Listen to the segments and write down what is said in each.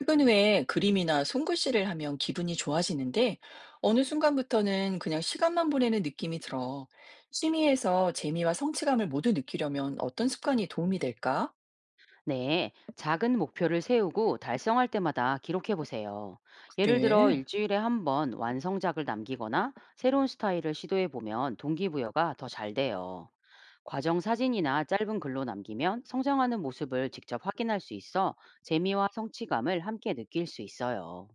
퇴근 후에 그림이나 손글씨를 하면 기분이 좋아지는데 어느 순간부터는 그냥 시간만 보내는 느낌이 들어. 취미에서 재미와 성취감을 모두 느끼려면 어떤 습관이 도움이 될까? 네, 작은 목표를 세우고 달성할 때마다 기록해 보세요. 예를 들어 그래. 일주일에 한 번 완성작을 남기거나 새로운 스타일을 시도해 보면 동기부여가 더 잘 돼요. 과정 사진이나 짧은 글로 남기면 성장하는 모습을 직접 확인할 수 있어 재미와 성취감을 함께 느낄 수 있어요.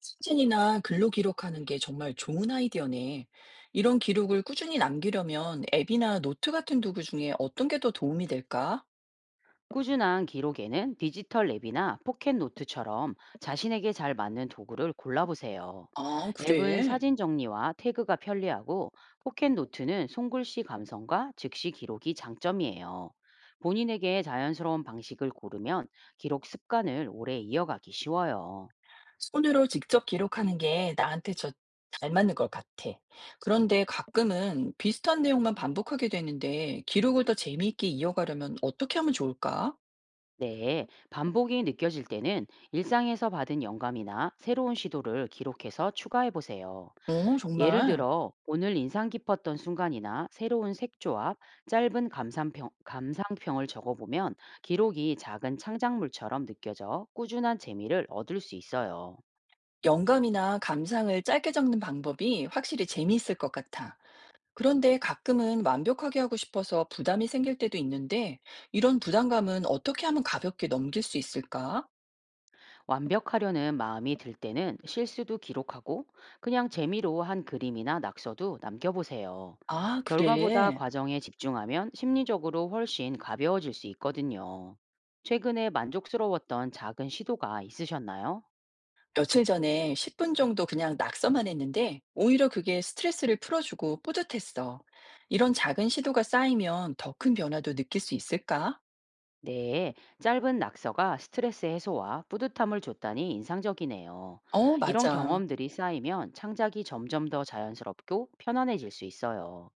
사진이나 글로 기록하는 게 정말 좋은 아이디어네. 이런 기록을 꾸준히 남기려면 앱이나 노트 같은 도구 중에 어떤 게 더 도움이 될까? 꾸준한 기록에는 디지털 앱이나 포켓 노트처럼 자신에게 잘 맞는 도구를 골라보세요. 아, 앱은 그래. 사진 정리와 태그가 편리하고 포켓 노트는 손글씨 감성과 즉시 기록이 장점이에요. 본인에게 자연스러운 방식을 고르면 기록 습관을 오래 이어가기 쉬워요. 손으로 직접 기록하는 게 나한테 잘 맞는 것 같아. 그런데 가끔은 비슷한 내용만 반복하게 되는데 기록을 더 재미있게 이어가려면 어떻게 하면 좋을까? 네, 반복이 느껴질 때는 일상에서 받은 영감이나 새로운 시도를 기록해서 추가해 보세요. 어, 예를 정말. 들어, 오늘 인상 깊었던 순간이나 새로운 색조합, 짧은 감상평을 적어보면 기록이 작은 창작물처럼 느껴져 꾸준한 재미를 얻을 수 있어요. 영감이나 감상을 짧게 적는 방법이 확실히 재미있을 것 같아. 그런데 가끔은 완벽하게 하고 싶어서 부담이 생길 때도 있는데 이런 부담감은 어떻게 하면 가볍게 넘길 수 있을까? 완벽하려는 마음이 들 때는 실수도 기록하고 그냥 재미로 한 그림이나 낙서도 남겨보세요. 아, 결과보다 그래. 과정에 집중하면 심리적으로 훨씬 가벼워질 수 있거든요. 최근에 만족스러웠던 작은 시도가 있으셨나요? 며칠 전에 10분 정도 그냥 낙서만 했는데 오히려 그게 스트레스를 풀어주고 뿌듯했어. 이런 작은 시도가 쌓이면 더 큰 변화도 느낄 수 있을까? 네, 짧은 낙서가 스트레스 해소와 뿌듯함을 줬다니 인상적이네요. 어, 이런 맞아. 경험들이 쌓이면 창작이 점점 더 자연스럽고 편안해질 수 있어요.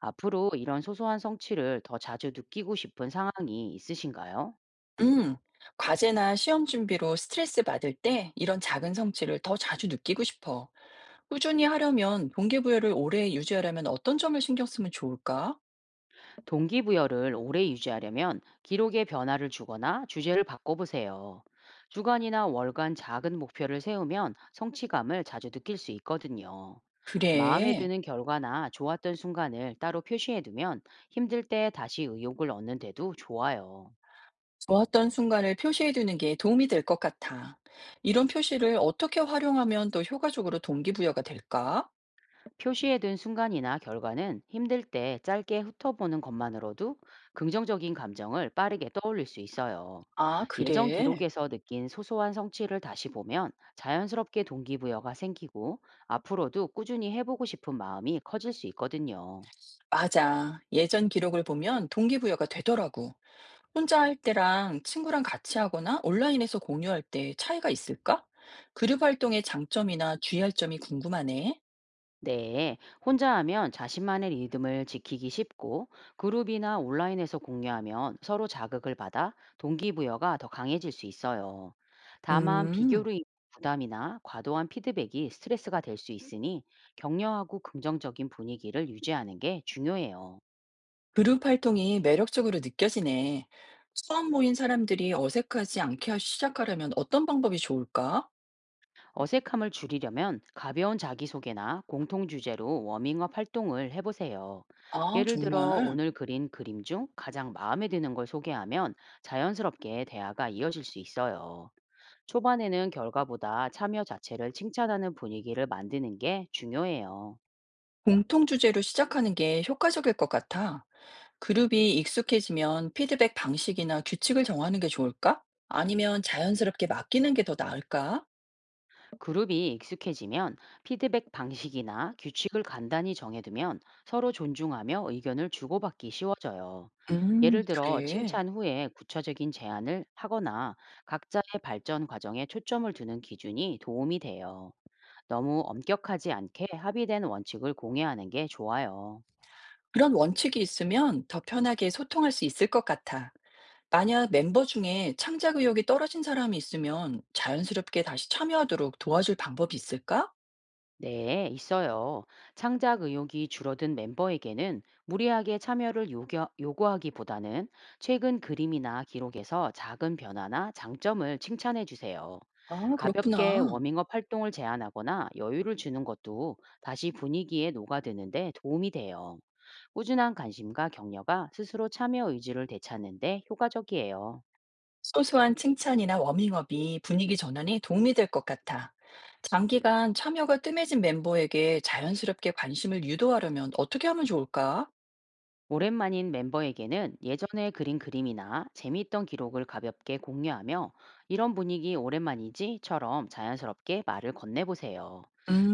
앞으로 이런 소소한 성취를 더 자주 느끼고 싶은 상황이 있으신가요? 음. 과제나 시험 준비로 스트레스 받을 때 이런 작은 성취를 더 자주 느끼고 싶어. 꾸준히 하려면 동기부여를 오래 유지하려면 어떤 점을 신경 쓰면 좋을까? 동기부여를 오래 유지하려면 기록에 변화를 주거나 주제를 바꿔보세요. 주간이나 월간 작은 목표를 세우면 성취감을 자주 느낄 수 있거든요. 마음에 그래. 드는 결과나 좋았던 순간을 따로 표시해두면 힘들 때 다시 의욕을 얻는데도 좋아요. 좋았던 순간을 표시해두는 게 도움이 될 것 같아. 이런 표시를 어떻게 활용하면 더 효과적으로 동기부여가 될까? 표시해둔 순간이나 결과는 힘들 때 짧게 훑어보는 것만으로도 긍정적인 감정을 빠르게 떠올릴 수 있어요. 아, 예전 그래. 기록에서 느낀 소소한 성취를 다시 보면 자연스럽게 동기부여가 생기고 앞으로도 꾸준히 해보고 싶은 마음이 커질 수 있거든요. 맞아. 예전 기록을 보면 동기부여가 되더라고. 혼자 할 때랑 친구랑 같이 하거나 온라인에서 공유할 때 차이가 있을까? 그룹 활동의 장점이나 주의할 점이 궁금하네. 네, 혼자 하면 자신만의 리듬을 지키기 쉽고 그룹이나 온라인에서 공유하면 서로 자극을 받아 동기부여가 더 강해질 수 있어요. 다만 음, 비교로 인한 부담이나 과도한 피드백이 스트레스가 될 수 있으니 격려하고 긍정적인 분위기를 유지하는 게 중요해요. 그룹 활동이 매력적으로 느껴지네. 처음 모인 사람들이 어색하지 않게 시작하려면 어떤 방법이 좋을까? 어색함을 줄이려면 가벼운 자기소개나 공통 주제로 워밍업 활동을 해보세요. 아, 예를 들어 정말. 오늘 그린 그림 중 가장 마음에 드는 걸 소개하면 자연스럽게 대화가 이어질 수 있어요. 초반에는 결과보다 참여 자체를 칭찬하는 분위기를 만드는 게 중요해요. 공통 주제로 시작하는 게 효과적일 것 같아. 그룹이 익숙해지면 피드백 방식이나 규칙을 정하는 게 좋을까? 아니면 자연스럽게 맡기는 게 더 나을까? 그룹이 익숙해지면 피드백 방식이나 규칙을 간단히 정해두면 서로 존중하며 의견을 주고받기 쉬워져요. 예를 들어 그래. 칭찬 후에 구체적인 제안을 하거나 각자의 발전 과정에 초점을 두는 기준이 도움이 돼요. 너무 엄격하지 않게 합의된 원칙을 공유하는 게 좋아요. 그런 원칙이 있으면 더 편하게 소통할 수 있을 것 같아. 만약 멤버 중에 창작 의욕이 떨어진 사람이 있으면 자연스럽게 다시 참여하도록 도와줄 방법이 있을까? 네, 있어요. 창작 의욕이 줄어든 멤버에게는 무리하게 참여를 요구하기보다는 최근 그림이나 기록에서 작은 변화나 장점을 칭찬해 주세요. 아, 가볍게 그렇구나. 워밍업 활동을 제안하거나 여유를 주는 것도 다시 분위기에 녹아드는데 도움이 돼요. 꾸준한 관심과 격려가 스스로 참여 의지를 되찾는 데 효과적이에요. 소소한 칭찬이나 워밍업이 분위기 전환에 도움이 될 것 같아. 장기간 참여가 뜸해진 멤버에게 자연스럽게 관심을 유도하려면 어떻게 하면 좋을까? 오랜만인 멤버에게는 예전에 그린 그림이나 재미있던 기록을 가볍게 공유하며 이런 분위기 오랜만이지처럼 자연스럽게 말을 건네보세요.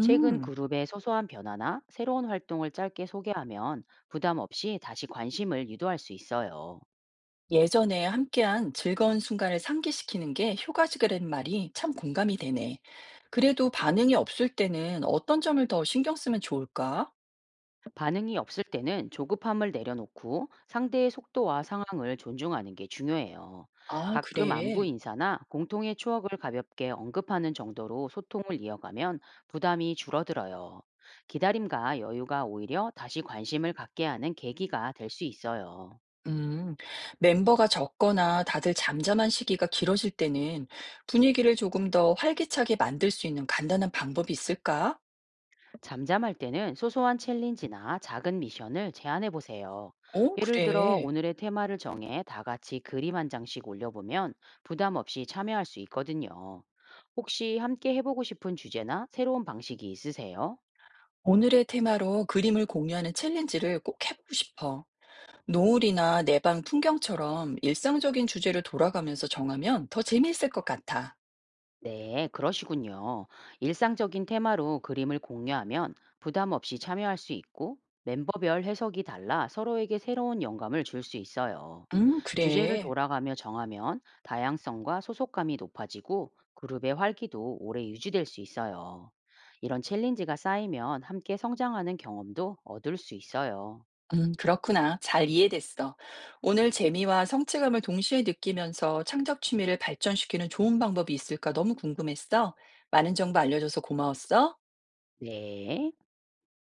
최근 그룹의 소소한 변화나 새로운 활동을 짧게 소개하면 부담 없이 다시 관심을 유도할 수 있어요. 예전에 함께한 즐거운 순간을 상기시키는 게 효과적이라는 말이 참 공감이 되네. 그래도 반응이 없을 때는 어떤 점을 더 신경 쓰면 좋을까? 반응이 없을 때는 조급함을 내려놓고 상대의 속도와 상황을 존중하는 게 중요해요. 아, 가끔 안부 그래. 인사나 공통의 추억을 가볍게 언급하는 정도로 소통을 이어가면 부담이 줄어들어요. 기다림과 여유가 오히려 다시 관심을 갖게 하는 계기가 될 수 있어요. 음, 멤버가 적거나 다들 잠잠한 시기가 길어질 때는 분위기를 조금 더 활기차게 만들 수 있는 간단한 방법이 있을까? 잠잠할 때는 소소한 챌린지나 작은 미션을 제안해 보세요. 어, 예를 들어 그래. 오늘의 테마를 정해 다 같이 그림 한 장씩 올려보면 부담 없이 참여할 수 있거든요. 혹시 함께 해보고 싶은 주제나 새로운 방식이 있으세요? 오늘의 테마로 그림을 공유하는 챌린지를 꼭 해보고 싶어. 노을이나 내방 풍경처럼 일상적인 주제를 돌아가면서 정하면 더 재미있을 것 같아. 네, 그러시군요. 일상적인 테마로 그림을 공유하면 부담 없이 참여할 수 있고 멤버별 해석이 달라 서로에게 새로운 영감을 줄 수 있어요. 주제를 그래. 돌아가며 정하면 다양성과 소속감이 높아지고 그룹의 활기도 오래 유지될 수 있어요. 이런 챌린지가 쌓이면 함께 성장하는 경험도 얻을 수 있어요. 그렇구나. 잘 이해됐어. 오늘 재미와 성취감을 동시에 느끼면서 창작 취미를 발전시키는 좋은 방법이 있을까 너무 궁금했어. 많은 정보 알려줘서 고마웠어. 네.